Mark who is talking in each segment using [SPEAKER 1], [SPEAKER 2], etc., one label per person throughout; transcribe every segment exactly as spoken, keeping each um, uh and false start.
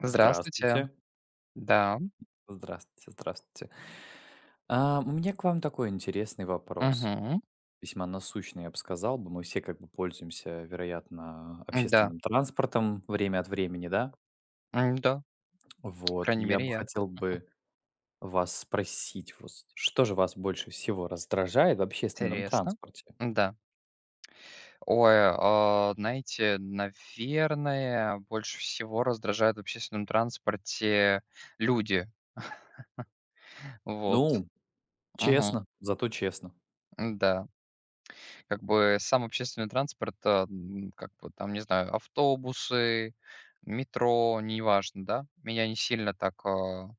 [SPEAKER 1] Здравствуйте.
[SPEAKER 2] Здравствуйте.
[SPEAKER 1] Да.
[SPEAKER 2] Здравствуйте, здравствуйте. А, у меня к вам такой интересный вопрос.
[SPEAKER 1] Угу.
[SPEAKER 2] Весьма насущный, я бы сказал бы. Мы все как бы пользуемся, вероятно,
[SPEAKER 1] Да.
[SPEAKER 2] общественным транспортом время от времени, да?
[SPEAKER 1] М-да. По
[SPEAKER 2] Вот,
[SPEAKER 1] крайней
[SPEAKER 2] я
[SPEAKER 1] мере,
[SPEAKER 2] бы
[SPEAKER 1] я.
[SPEAKER 2] хотел бы вас спросить, вот, что же вас больше всего раздражает в общественном
[SPEAKER 1] Интересно.
[SPEAKER 2] транспорте?
[SPEAKER 1] Да. Ой, а, знаете, наверное, больше всего раздражают в общественном транспорте люди. Вот.
[SPEAKER 2] Ну,
[SPEAKER 1] Мгм.
[SPEAKER 2] честно, зато честно.
[SPEAKER 1] Да. Как бы сам общественный транспорт, а, м, как бы там, не знаю, автобусы, метро, неважно, да, меня не сильно так, а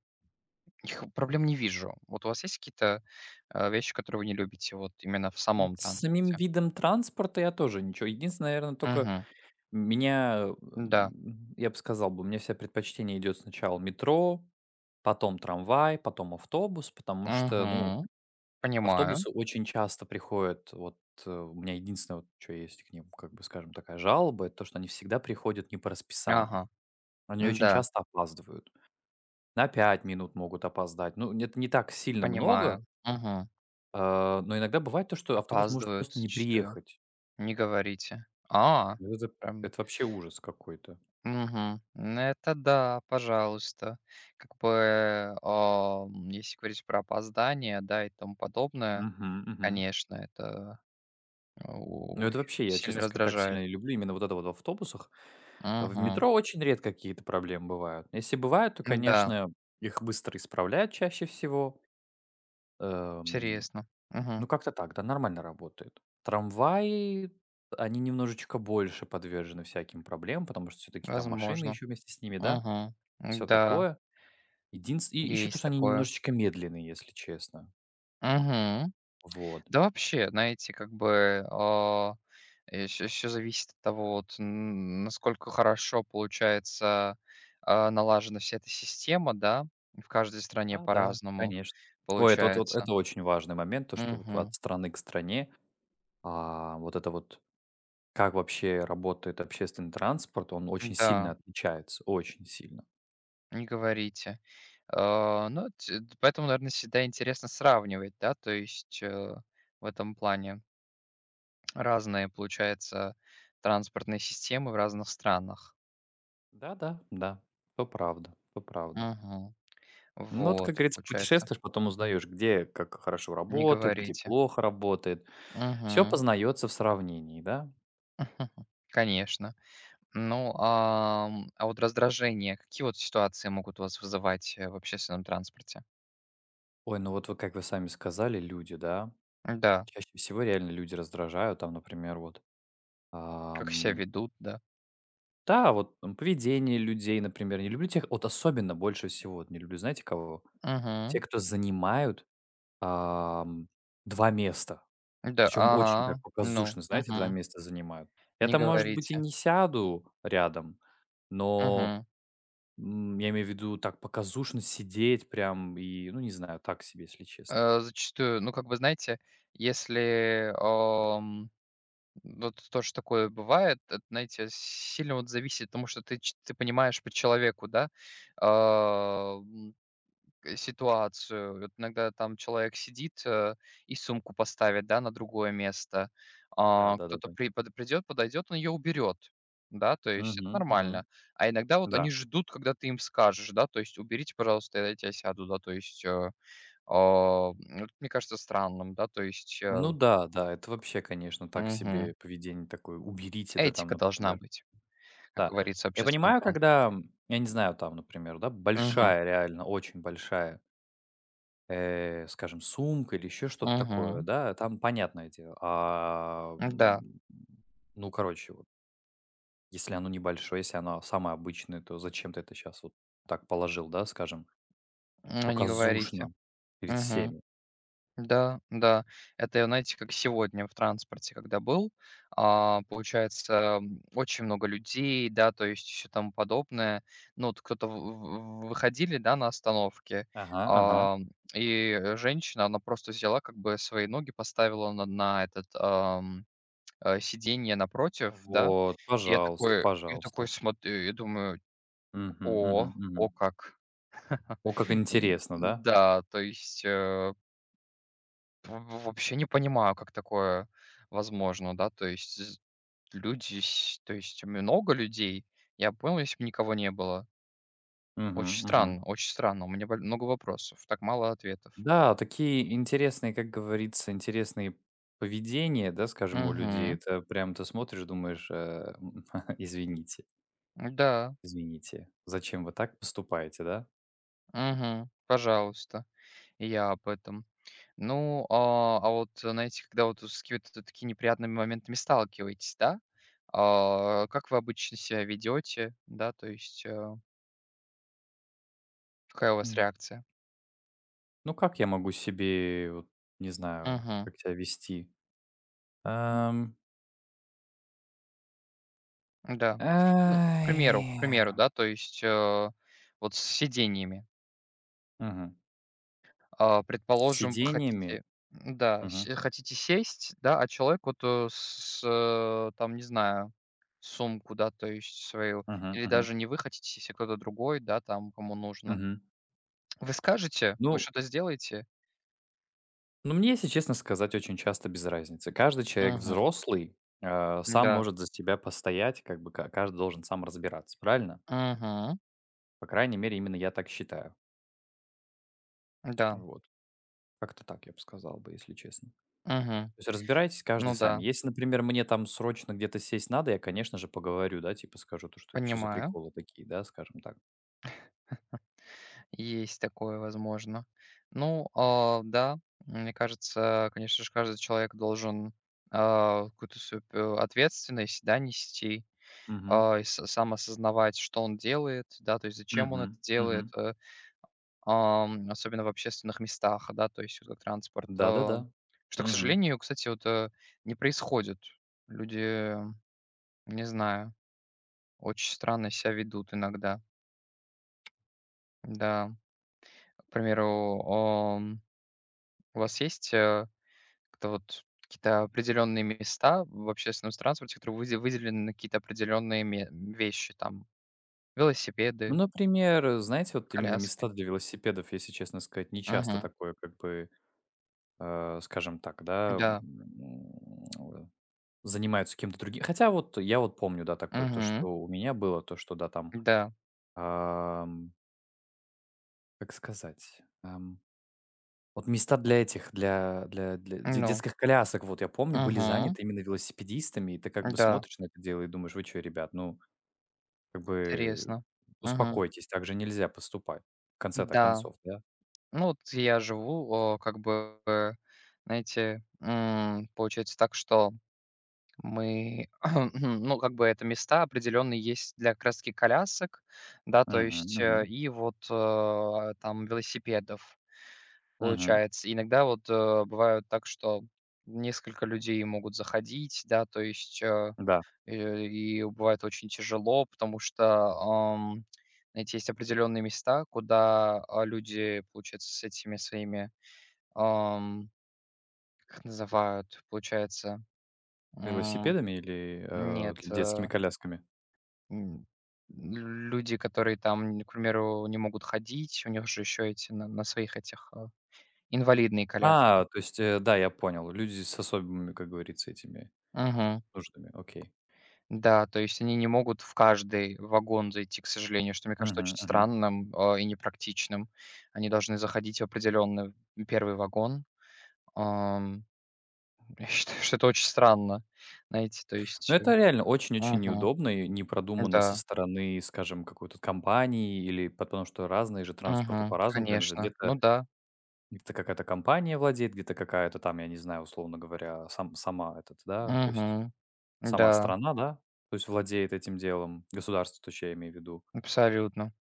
[SPEAKER 1] к проблем не вижу. Вот у вас есть какие-то, э, вещи, которые вы не любите вот именно в
[SPEAKER 2] Ну,
[SPEAKER 1] самом
[SPEAKER 2] с самим
[SPEAKER 1] транспорте?
[SPEAKER 2] видом транспорта я тоже ничего. Единственное, наверное, только
[SPEAKER 1] Мгм.
[SPEAKER 2] меня,
[SPEAKER 1] Да.
[SPEAKER 2] м, я бы сказал бы, у меня все предпочтение идет сначала метро, потом трамвай, потом автобус, потому что, ну,
[SPEAKER 1] Мгм. Понимаю.
[SPEAKER 2] автобусы очень часто приходят. Вот э, у меня единственное, вот, что есть к ним, как бы, скажем, такая жалоба, это то, что они всегда приходят не по расписанию.
[SPEAKER 1] Ага.
[SPEAKER 2] Они очень
[SPEAKER 1] Да,
[SPEAKER 2] часто опаздывают. На пять минут могут опоздать. Ну, это не так сильно много,
[SPEAKER 1] понимаю. Мгм.
[SPEAKER 2] а, но иногда бывает то, что автобус может
[SPEAKER 1] Опаздывают
[SPEAKER 2] просто не
[SPEAKER 1] зачастую.
[SPEAKER 2] приехать.
[SPEAKER 1] Не говорите. А,
[SPEAKER 2] Вот Это,
[SPEAKER 1] прям.
[SPEAKER 2] это вообще ужас какой-то.
[SPEAKER 1] Мгм. Ну, это да, пожалуйста. Как бы, ам, если говорить про опоздание, да, и тому подобное,
[SPEAKER 2] Мгм, мгм.
[SPEAKER 1] конечно, это, э,
[SPEAKER 2] Ну,
[SPEAKER 1] ой,
[SPEAKER 2] это вообще, я, честно
[SPEAKER 1] сильно
[SPEAKER 2] сказать, так сильно
[SPEAKER 1] раздражает.
[SPEAKER 2] не люблю именно вот это вот в автобусах. А в
[SPEAKER 1] Мгм.
[SPEAKER 2] метро очень редко какие-то проблемы бывают. Если бывают, то,
[SPEAKER 1] Да.
[SPEAKER 2] конечно, их быстро исправляют чаще всего. Эм,
[SPEAKER 1] Интересно. Мгм.
[SPEAKER 2] Ну, как-то так, да, нормально работает. Трамваи, они немножечко больше подвержены всяким проблемам, потому что все-таки там машины
[SPEAKER 1] Возможно.
[SPEAKER 2] еще вместе с ними, да,
[SPEAKER 1] Мгм.
[SPEAKER 2] все
[SPEAKER 1] Да.
[SPEAKER 2] такое. Единственное, и еще то,
[SPEAKER 1] Есть
[SPEAKER 2] что они
[SPEAKER 1] такое.
[SPEAKER 2] немножечко медленные, если честно.
[SPEAKER 1] Мгм.
[SPEAKER 2] Вот.
[SPEAKER 1] Да вообще, знаете, как бы, еще э, зависит от того, вот, н насколько хорошо получается, а, налажена вся эта система, да. В каждой стране
[SPEAKER 2] Да, да,
[SPEAKER 1] по-разному
[SPEAKER 2] конечно. Ой, это вот, вот
[SPEAKER 1] получается.
[SPEAKER 2] это очень важный момент, то, что вот от
[SPEAKER 1] Мгм.
[SPEAKER 2] страны к стране А, вот это вот, как вообще работает общественный транспорт, он очень сильно
[SPEAKER 1] Да,
[SPEAKER 2] отличается, очень сильно.
[SPEAKER 1] не говорите. А, ну, т поэтому, наверное, всегда интересно сравнивать, да, то есть, э, в этом плане. Разные, получается, транспортные системы в разных странах.
[SPEAKER 2] Да-да, да, то правда, то правда.
[SPEAKER 1] Мгм.
[SPEAKER 2] Ну, вот, как
[SPEAKER 1] Вот,
[SPEAKER 2] говорится,
[SPEAKER 1] получается.
[SPEAKER 2] путешествуешь, потом узнаешь, где как хорошо
[SPEAKER 1] Не
[SPEAKER 2] работает, где
[SPEAKER 1] говорите.
[SPEAKER 2] плохо работает. Все
[SPEAKER 1] Мгм.
[SPEAKER 2] познается в сравнении, да?
[SPEAKER 1] Конечно. Ну, ам, а вот раздражение, какие вот ситуации могут у вас вызывать, э, в общественном транспорте?
[SPEAKER 2] Ой, ну вот вы, как вы сами сказали, люди, да?
[SPEAKER 1] Да,
[SPEAKER 2] Чаще всего реально люди раздражают, там, например, вот,
[SPEAKER 1] как себя
[SPEAKER 2] ам,
[SPEAKER 1] ведут, да.
[SPEAKER 2] да, вот, м, поведение людей, например. Не люблю тех вот особенно больше всего вот не люблю, знаете кого? Те,
[SPEAKER 1] Угу.
[SPEAKER 2] кто занимают Ам, два места.
[SPEAKER 1] Да, а,
[SPEAKER 2] Причем очень так
[SPEAKER 1] ну,
[SPEAKER 2] показушно, знаете, два
[SPEAKER 1] мгм.
[SPEAKER 2] места занимают. Я
[SPEAKER 1] Не
[SPEAKER 2] там, может быть, и
[SPEAKER 1] говорите.
[SPEAKER 2] не сяду рядом, но,
[SPEAKER 1] Мгм.
[SPEAKER 2] м, я имею в виду так показушно сидеть прям и, ну, не знаю, так себе, если честно.
[SPEAKER 1] Э, зачастую, ну, как бы, знаете, если, вот тоже такое бывает. Это, знаете, сильно вот зависит, потому что ты, ч- ты понимаешь по человеку, да, а, м, к- ситуацию. Вот иногда там человек сидит э, и сумку поставит, да, на другое место.
[SPEAKER 2] Да,
[SPEAKER 1] А, кто-то
[SPEAKER 2] да-да-да.
[SPEAKER 1] при, под- Придет, подойдет, он ее уберет, да, то есть это
[SPEAKER 2] Мгм,
[SPEAKER 1] нормально.
[SPEAKER 2] мгм.
[SPEAKER 1] А иногда вот
[SPEAKER 2] Да.
[SPEAKER 1] они ждут, когда ты им скажешь, да, то есть уберите, пожалуйста, я тебя сяду, да, то есть э, а, м, вот мне кажется странным, да, то есть
[SPEAKER 2] Ну
[SPEAKER 1] э,
[SPEAKER 2] да, да, это вообще, конечно, так
[SPEAKER 1] мгм.
[SPEAKER 2] себе поведение такое. Уберите, да, там,
[SPEAKER 1] Этика должна
[SPEAKER 2] например.
[SPEAKER 1] быть. Как
[SPEAKER 2] Да.
[SPEAKER 1] говорится, в
[SPEAKER 2] Я
[SPEAKER 1] общественном
[SPEAKER 2] понимаю, когда,
[SPEAKER 1] транспорте.
[SPEAKER 2] м, я не знаю, там, например, да,
[SPEAKER 1] Мгм,
[SPEAKER 2] большая, реально очень большая э, скажем, сумка или еще что-то такое,
[SPEAKER 1] мгм.
[SPEAKER 2] да, там понятное дело. А,
[SPEAKER 1] Да,
[SPEAKER 2] м, ну, короче, вот, если оно небольшое, если оно самое обычное, то зачем ты это сейчас вот так положил, да, скажем,
[SPEAKER 1] м, не говорите.
[SPEAKER 2] показушно перед
[SPEAKER 1] Мгм.
[SPEAKER 2] всеми?
[SPEAKER 1] Да, да. Это, знаете, как сегодня в транспорте, когда был, а, получается, м, очень много людей, да, то есть и всё тому подобное. Ну, вот кто-то в в выходили, да, на остановке,
[SPEAKER 2] Ага, ага.
[SPEAKER 1] а, и женщина, она просто взяла, как бы свои ноги поставила на на этот, ам, э, сиденье напротив, да.
[SPEAKER 2] Вот,
[SPEAKER 1] И Я
[SPEAKER 2] пожалуйста,
[SPEAKER 1] такой я такой
[SPEAKER 2] пожалуйста.
[SPEAKER 1] смотрю, я думаю:
[SPEAKER 2] Мгм, мгм,
[SPEAKER 1] «О,
[SPEAKER 2] мгм.
[SPEAKER 1] о как».
[SPEAKER 2] О, как
[SPEAKER 1] И
[SPEAKER 2] интересно, да?
[SPEAKER 1] да, то есть, э, в в- вообще не понимаю, как такое возможно, да. То есть з люди с то есть много людей. Я понял, если бы никого не было.
[SPEAKER 2] Угу,
[SPEAKER 1] Очень странно,
[SPEAKER 2] мгм.
[SPEAKER 1] очень странно. У меня боль много вопросов, так мало ответов.
[SPEAKER 2] Да, такие интересные, как говорится, интересные поведения, да, скажем, у людей.
[SPEAKER 1] Угу.
[SPEAKER 2] Это прям ты смотришь, думаешь, э, м, извините,
[SPEAKER 1] Да.
[SPEAKER 2] извините, зачем вы так поступаете, да?
[SPEAKER 1] Угу. Пожалуйста, я об этом. Ну, а, а вот, э, знаете, когда вот с какими-то такими неприятными моментами сталкиваетесь, да, а, как вы обычно себя ведете, да, то есть э, какая у вас
[SPEAKER 2] М.
[SPEAKER 1] реакция?
[SPEAKER 2] Ну как я могу себе, вот, не знаю,
[SPEAKER 1] Мгм.
[SPEAKER 2] как себя вести? Ам,
[SPEAKER 1] Да. Ну, к примеру,
[SPEAKER 2] ай.
[SPEAKER 1] к примеру, да, то есть э, вот с сидениями.
[SPEAKER 2] Мгм.
[SPEAKER 1] А,
[SPEAKER 2] С
[SPEAKER 1] предположим, вы
[SPEAKER 2] сидениями?
[SPEAKER 1] хотите, да,
[SPEAKER 2] Мгм,
[SPEAKER 1] се- хотите сесть, да, а человек вот э, с, э, там, не знаю, сумку, да, то есть свою,
[SPEAKER 2] мгм,
[SPEAKER 1] или
[SPEAKER 2] мгм,
[SPEAKER 1] даже не вы хотите сесть, а кто-то другой, да, там, кому нужно.
[SPEAKER 2] мгм.
[SPEAKER 1] Вы скажете? Вы
[SPEAKER 2] Ну
[SPEAKER 1] что-то сделаете?
[SPEAKER 2] Ну, мне, если честно сказать, очень часто без разницы. Каждый человек
[SPEAKER 1] Мгм.
[SPEAKER 2] взрослый, э, сам
[SPEAKER 1] Да.
[SPEAKER 2] может за себя постоять, как бы ка- каждый должен сам разбираться, правильно?
[SPEAKER 1] Мгм.
[SPEAKER 2] По крайней мере, именно я так считаю.
[SPEAKER 1] Да.
[SPEAKER 2] Вот. Как-то так я бы сказал бы, если честно.
[SPEAKER 1] Мгм.
[SPEAKER 2] То есть разбирайтесь каждый
[SPEAKER 1] Ну да,
[SPEAKER 2] сами. Если, например, мне там срочно где-то сесть надо, я, конечно же, поговорю, да, типа скажу то, что что за
[SPEAKER 1] понимаю.
[SPEAKER 2] приколы такие, да, скажем так.
[SPEAKER 1] Есть такое, возможно. Ну, а, да, мне кажется, конечно же, каждый человек должен, а, какую-то свою п ответственность, да, нести,
[SPEAKER 2] Мгм.
[SPEAKER 1] а, и с сам осознавать, что он делает, да, то есть зачем он это
[SPEAKER 2] Мгм.
[SPEAKER 1] делает,
[SPEAKER 2] Мгм.
[SPEAKER 1] э, ам, особенно в общественных местах, да, то есть вот как транспорт. А,
[SPEAKER 2] Да-да-да.
[SPEAKER 1] что, к
[SPEAKER 2] Мгм.
[SPEAKER 1] сожалению, кстати, вот, э, не происходит. Люди Не знаю, очень странно себя ведут иногда. Да, к примеру, ом, у вас есть, э, как-то вот какие-то определенные места в общественном транспорте, которые выде выделены на какие-то определенные ме вещи, там
[SPEAKER 2] Ну,
[SPEAKER 1] велосипеды,
[SPEAKER 2] например, знаете, вот именно места
[SPEAKER 1] коляски?
[SPEAKER 2] для велосипедов, если честно сказать, не часто
[SPEAKER 1] Мгм.
[SPEAKER 2] такое как бы э, скажем так, да,
[SPEAKER 1] Да.
[SPEAKER 2] м, э, занимаются кем-то другим. Хотя вот я вот помню, да, такое, то, что
[SPEAKER 1] Мгм.
[SPEAKER 2] у меня было, то, что, да, там,
[SPEAKER 1] Да.
[SPEAKER 2] ам, как сказать, ам, вот места для этих, для, для, для де-
[SPEAKER 1] Ну.
[SPEAKER 2] детских колясок, вот я помню, были
[SPEAKER 1] Мгм.
[SPEAKER 2] заняты именно велосипедистами, и ты как бы
[SPEAKER 1] Да.
[SPEAKER 2] смотришь на это дело и думаешь, вы что, ребят, ну, как бы
[SPEAKER 1] Интересно. Мгм.
[SPEAKER 2] успокойтесь, так же нельзя поступать, в конце-то
[SPEAKER 1] Да.
[SPEAKER 2] концов, да?
[SPEAKER 1] Ну, вот я живу, о, как бы, э, знаете, м, получается так, что Мы, ну, как бы это места определенные есть для как раз-таки колясок, да, то
[SPEAKER 2] Мгм,
[SPEAKER 1] есть, э,
[SPEAKER 2] мгм,
[SPEAKER 1] и вот, э, там велосипедов,
[SPEAKER 2] мгм.
[SPEAKER 1] получается. Иногда вот, э, бывают так, что несколько людей могут заходить, да, то есть, э,
[SPEAKER 2] Да,
[SPEAKER 1] э, и бывает очень тяжело, потому что, ам, знаете, есть определенные места, куда, а, люди, получается, с этими своими, ам, как их называют, получается, м,
[SPEAKER 2] велосипедами или э,
[SPEAKER 1] нет,
[SPEAKER 2] детскими
[SPEAKER 1] э
[SPEAKER 2] колясками?
[SPEAKER 1] М, люди, которые там, к примеру, не могут ходить, у них же еще эти на на своих этих, а, инвалидные коляски.
[SPEAKER 2] А, то есть, э, да, я понял. Люди с особыми, как говорится, этими
[SPEAKER 1] Мгм.
[SPEAKER 2] нуждами. Окей.
[SPEAKER 1] Да, то есть они не могут в каждый вагон зайти, к сожалению, что, мне кажется,
[SPEAKER 2] Мгм,
[SPEAKER 1] очень
[SPEAKER 2] мгм.
[SPEAKER 1] странным, а, и непрактичным. Они должны заходить в определенный первый вагон. Ам, я считаю, что это очень странно. Знаете, то
[SPEAKER 2] Ну,
[SPEAKER 1] есть, э
[SPEAKER 2] это реально очень-очень
[SPEAKER 1] мгм.
[SPEAKER 2] неудобно и не продумано со
[SPEAKER 1] Да.
[SPEAKER 2] стороны, скажем, какой-то компании или потому что разные же транспорты
[SPEAKER 1] Мгм.
[SPEAKER 2] по-разному принадлежат.
[SPEAKER 1] Конечно. Ну
[SPEAKER 2] Где-то
[SPEAKER 1] да.
[SPEAKER 2] где-то какая-то компания владеет, где-то какая-то там, я не знаю, условно говоря, сам сама этот, да, то есть
[SPEAKER 1] Мгм.
[SPEAKER 2] сама
[SPEAKER 1] Да.
[SPEAKER 2] страна, да, то есть владеет этим делом, государство, то есть я имею в виду.
[SPEAKER 1] Абсолютно.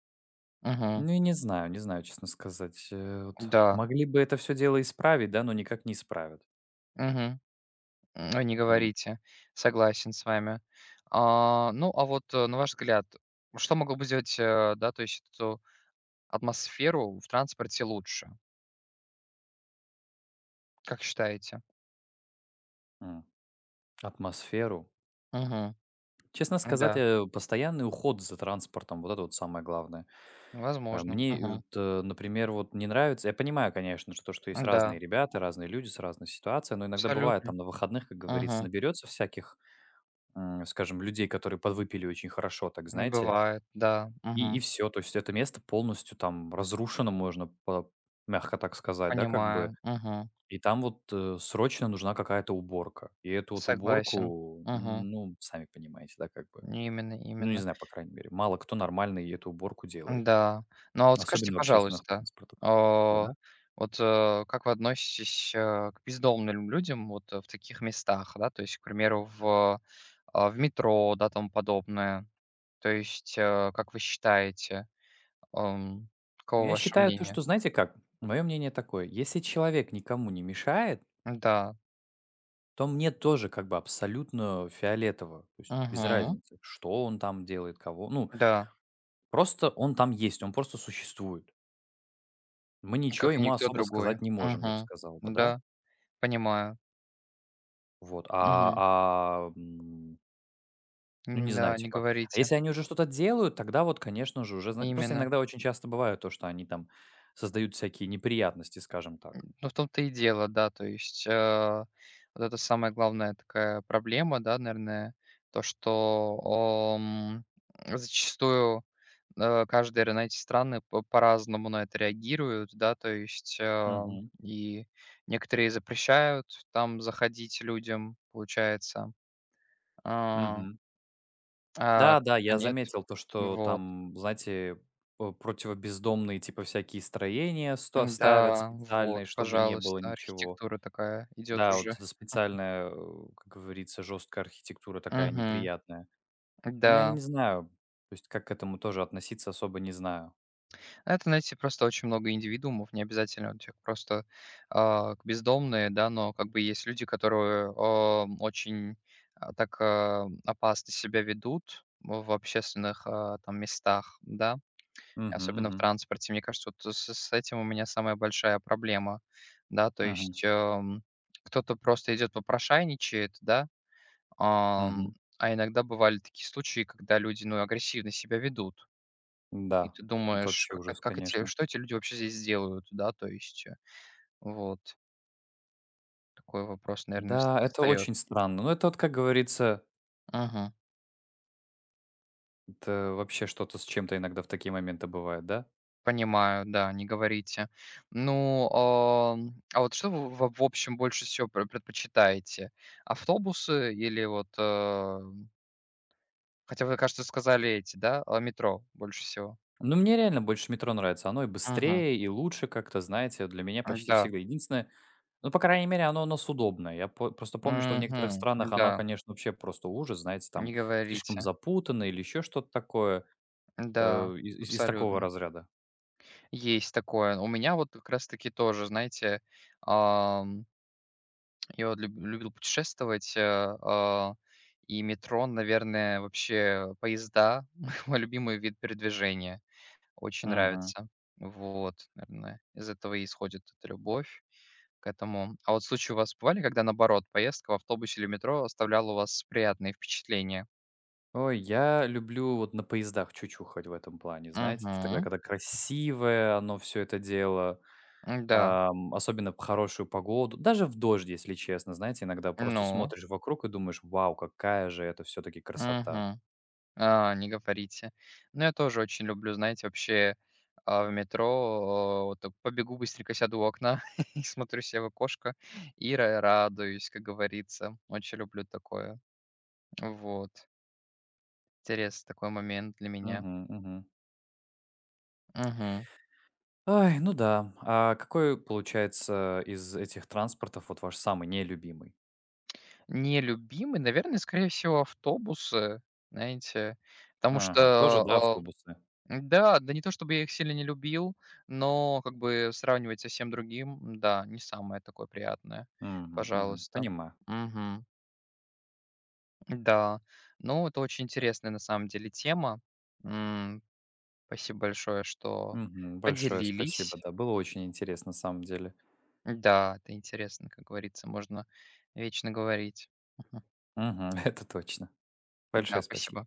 [SPEAKER 1] Мгм.
[SPEAKER 2] Ну, и не знаю, не знаю, честно сказать. Э, вот
[SPEAKER 1] Да.
[SPEAKER 2] могли бы это все дело исправить, да, но никак не исправят.
[SPEAKER 1] Мгм. М, ой, не говорите. Согласен с вами. А, ну, а вот, э, на ваш взгляд, что могло бы сделать, э, да, то есть эту атмосферу в транспорте лучше? Как считаете?
[SPEAKER 2] М, атмосферу.
[SPEAKER 1] Мгм.
[SPEAKER 2] Честно сказать,
[SPEAKER 1] Да,
[SPEAKER 2] э, постоянный уход за транспортом, вот это вот самое главное. Э,
[SPEAKER 1] возможно.
[SPEAKER 2] Мне, э, вот,
[SPEAKER 1] Мгм.
[SPEAKER 2] э, например, вот не нравится, я понимаю, конечно, что, то, что есть разные
[SPEAKER 1] Да,
[SPEAKER 2] ребята, разные люди с разной ситуацией, но иногда бывает
[SPEAKER 1] абсолютно.
[SPEAKER 2] там на выходных, как говорится,
[SPEAKER 1] Мгм.
[SPEAKER 2] наберется всяких, м, скажем, людей, которые подвыпили очень хорошо, так знаете,
[SPEAKER 1] Бывает, да.
[SPEAKER 2] и, и
[SPEAKER 1] Мгм.
[SPEAKER 2] все, то есть это место полностью там разрушено, можно по- мягко так сказать, да, как бы,
[SPEAKER 1] Понимаю. Мгм.
[SPEAKER 2] и там вот э, срочно нужна какая-то уборка, и эту вот
[SPEAKER 1] Согласен.
[SPEAKER 2] уборку,
[SPEAKER 1] Мгм.
[SPEAKER 2] м, ну, сами понимаете, да, как бы,
[SPEAKER 1] Именно,
[SPEAKER 2] ну, не
[SPEAKER 1] именно.
[SPEAKER 2] знаю, по крайней мере. Мало кто нормально и эту уборку делает,
[SPEAKER 1] Да. Ну, а вот скажите,
[SPEAKER 2] особенно в общественных
[SPEAKER 1] пожалуйста,
[SPEAKER 2] транспортах.
[SPEAKER 1] а,
[SPEAKER 2] Да-да.
[SPEAKER 1] вот, э, как вы относитесь, э, к бездомным людям вот, э, в таких местах, да? То есть, к примеру, в, а, в метро, да, тому подобное. То есть, э, как вы считаете, ам,
[SPEAKER 2] Ну,
[SPEAKER 1] каково
[SPEAKER 2] я
[SPEAKER 1] ваше
[SPEAKER 2] считаю то, что,
[SPEAKER 1] мнение?
[SPEAKER 2] знаете как, мое мнение такое: если человек никому не мешает,
[SPEAKER 1] Да.
[SPEAKER 2] то мне тоже как бы абсолютно фиолетово, то есть без
[SPEAKER 1] Мгм.
[SPEAKER 2] разницы, что он там делает, кого. Ну,
[SPEAKER 1] Да,
[SPEAKER 2] просто он там есть, он просто существует. Мы ничего
[SPEAKER 1] как и
[SPEAKER 2] ему
[SPEAKER 1] никто
[SPEAKER 2] особо
[SPEAKER 1] другой.
[SPEAKER 2] сказать не можем, я бы
[SPEAKER 1] Мгм.
[SPEAKER 2] сказал бы, да.
[SPEAKER 1] Да, понимаю.
[SPEAKER 2] Вот, а,
[SPEAKER 1] Мгм.
[SPEAKER 2] а, м ну, не знаю,
[SPEAKER 1] Да, не
[SPEAKER 2] типа. А
[SPEAKER 1] говорите.
[SPEAKER 2] если они уже что-то делают, тогда вот, конечно же, уже зна просто
[SPEAKER 1] Именно.
[SPEAKER 2] иногда очень часто бывает то, что они там создают всякие неприятности, скажем так.
[SPEAKER 1] Ну, в том-то и дело, да. То есть, э, вот это самая главная такая проблема, да, наверное, то, что, ам, зачастую, э, каждые, р знаете, страны по по-разному на это реагируют, да. То есть, э,
[SPEAKER 2] Мгм.
[SPEAKER 1] и некоторые запрещают там заходить людям, получается, а,
[SPEAKER 2] Мгм.
[SPEAKER 1] а
[SPEAKER 2] Да-да,
[SPEAKER 1] кто-то
[SPEAKER 2] я
[SPEAKER 1] нет.
[SPEAKER 2] заметил то, что
[SPEAKER 1] Вот.
[SPEAKER 2] там, знаете, э, противобездомные, типа, всякие строения сто ставят
[SPEAKER 1] Да,
[SPEAKER 2] специальные,
[SPEAKER 1] вот,
[SPEAKER 2] чтобы не было
[SPEAKER 1] пожалуйста,
[SPEAKER 2] ничего.
[SPEAKER 1] архитектура такая идет
[SPEAKER 2] Да, вот
[SPEAKER 1] уже.
[SPEAKER 2] это специальная, э, как говорится, жесткая архитектура такая
[SPEAKER 1] Угу.
[SPEAKER 2] неприятная. Ну, я
[SPEAKER 1] Да.
[SPEAKER 2] не знаю, то есть как к этому тоже относиться особо не знаю.
[SPEAKER 1] Это, знаете, просто очень много индивидуумов, не обязательно у тех просто а, бездомные, да, но как бы есть люди, которые а, очень а, так а, опасно себя ведут в общественных а, там местах, да,
[SPEAKER 2] Угу,
[SPEAKER 1] особенно в
[SPEAKER 2] угу,
[SPEAKER 1] транспорте. Мне кажется, вот с, с этим у меня самая большая проблема, да, то
[SPEAKER 2] угу,
[SPEAKER 1] есть эм, кто-то просто идет попрошайничает, да, ам,
[SPEAKER 2] мгм.
[SPEAKER 1] а иногда бывали такие случаи, когда люди, ну, агрессивно себя ведут, и
[SPEAKER 2] Да,
[SPEAKER 1] ты
[SPEAKER 2] это
[SPEAKER 1] думаешь,
[SPEAKER 2] вообще
[SPEAKER 1] как эт
[SPEAKER 2] ужас,
[SPEAKER 1] как эти
[SPEAKER 2] конечно.
[SPEAKER 1] что эти люди вообще здесь делают, да, то есть, э, вот такой вопрос, наверное, вс
[SPEAKER 2] Да, это очень странно. Ну, это вот, как говорится,
[SPEAKER 1] мгм.
[SPEAKER 2] это вообще что-то с чем-то иногда в такие моменты бывает, да?
[SPEAKER 1] Понимаю, да, не говорите. Ну, ам, а вот что вы в в общем больше всего пр предпочитаете? Автобусы или вот, э, хотя вы, кажется, сказали эти, да, а, метро больше всего?
[SPEAKER 2] Но мне реально больше метро нравится. Оно и
[SPEAKER 1] Мгм.
[SPEAKER 2] быстрее, и лучше как-то, знаете, для меня почти
[SPEAKER 1] Да.
[SPEAKER 2] всегда. Единственное, ну, по крайней мере, оно у нас удобное. Я по- просто помню, что в некоторых
[SPEAKER 1] Мгм.
[SPEAKER 2] странах она,
[SPEAKER 1] Да,
[SPEAKER 2] конечно, вообще просто ужас, знаете, там
[SPEAKER 1] не
[SPEAKER 2] слишком
[SPEAKER 1] говорите.
[SPEAKER 2] запутанно или еще что-то такое
[SPEAKER 1] Да,
[SPEAKER 2] э, из, из- из такого
[SPEAKER 1] абсолютно.
[SPEAKER 2] разряда.
[SPEAKER 1] Есть такое. У меня вот как раз-таки тоже, знаете, ам, я вот люб- любил путешествовать, э, а, и метро, наверное, вообще поезда мой любимый вид передвижения. Очень
[SPEAKER 2] Мгм.
[SPEAKER 1] нравится. Вот, наверное, из этого и исходит эта любовь к этому. А вот случаи у вас бывали, когда, наоборот, поездка в автобусе или метро оставляла у вас приятные впечатления?
[SPEAKER 2] Ой, я люблю вот на поездах чучухать в этом плане, знаете, тогда,
[SPEAKER 1] Угу,
[SPEAKER 2] когда красивое оно все это дело,
[SPEAKER 1] да,
[SPEAKER 2] ам, особенно в хорошую погоду, даже в дождь, если честно, знаете, иногда просто
[SPEAKER 1] ну,
[SPEAKER 2] смотришь вокруг и думаешь: «Вау, какая же это все таки красота».
[SPEAKER 1] угу. А, не говорите. Но я тоже очень люблю, знаете, вообще, а, в метро, э, вот так побегу, быстренько сяду у окна и смотрю себе в окошко и ра радуюсь, как говорится. Очень люблю такое. Вот. Интересный такой момент для меня.
[SPEAKER 2] Мгм, мгм.
[SPEAKER 1] Мгм.
[SPEAKER 2] Ай, ну да. А какой, получается, из этих транспортов вот ваш самый нелюбимый?
[SPEAKER 1] Нелюбимый, наверное, скорее всего, автобусы, знаете, потому что,
[SPEAKER 2] Ага, тоже, да,
[SPEAKER 1] а,
[SPEAKER 2] автобусы?
[SPEAKER 1] да, да не то чтобы я их сильно не любил, но как бы сравнивать со всем другим, м, да, не самое такое приятное.
[SPEAKER 2] Мгм, мгм.
[SPEAKER 1] Пожалуйста.
[SPEAKER 2] Понимаю.
[SPEAKER 1] Мгм. Да. Ну, это очень интересная на самом деле тема. М, спасибо большое, что
[SPEAKER 2] Мгм. Большое спасибо,
[SPEAKER 1] поделились.
[SPEAKER 2] да, было очень интересно на самом деле.
[SPEAKER 1] Да, это интересно, как говорится, можно вечно говорить. Мгм.
[SPEAKER 2] Мгм, это точно. Большое
[SPEAKER 1] Да,
[SPEAKER 2] спасибо.
[SPEAKER 1] спасибо.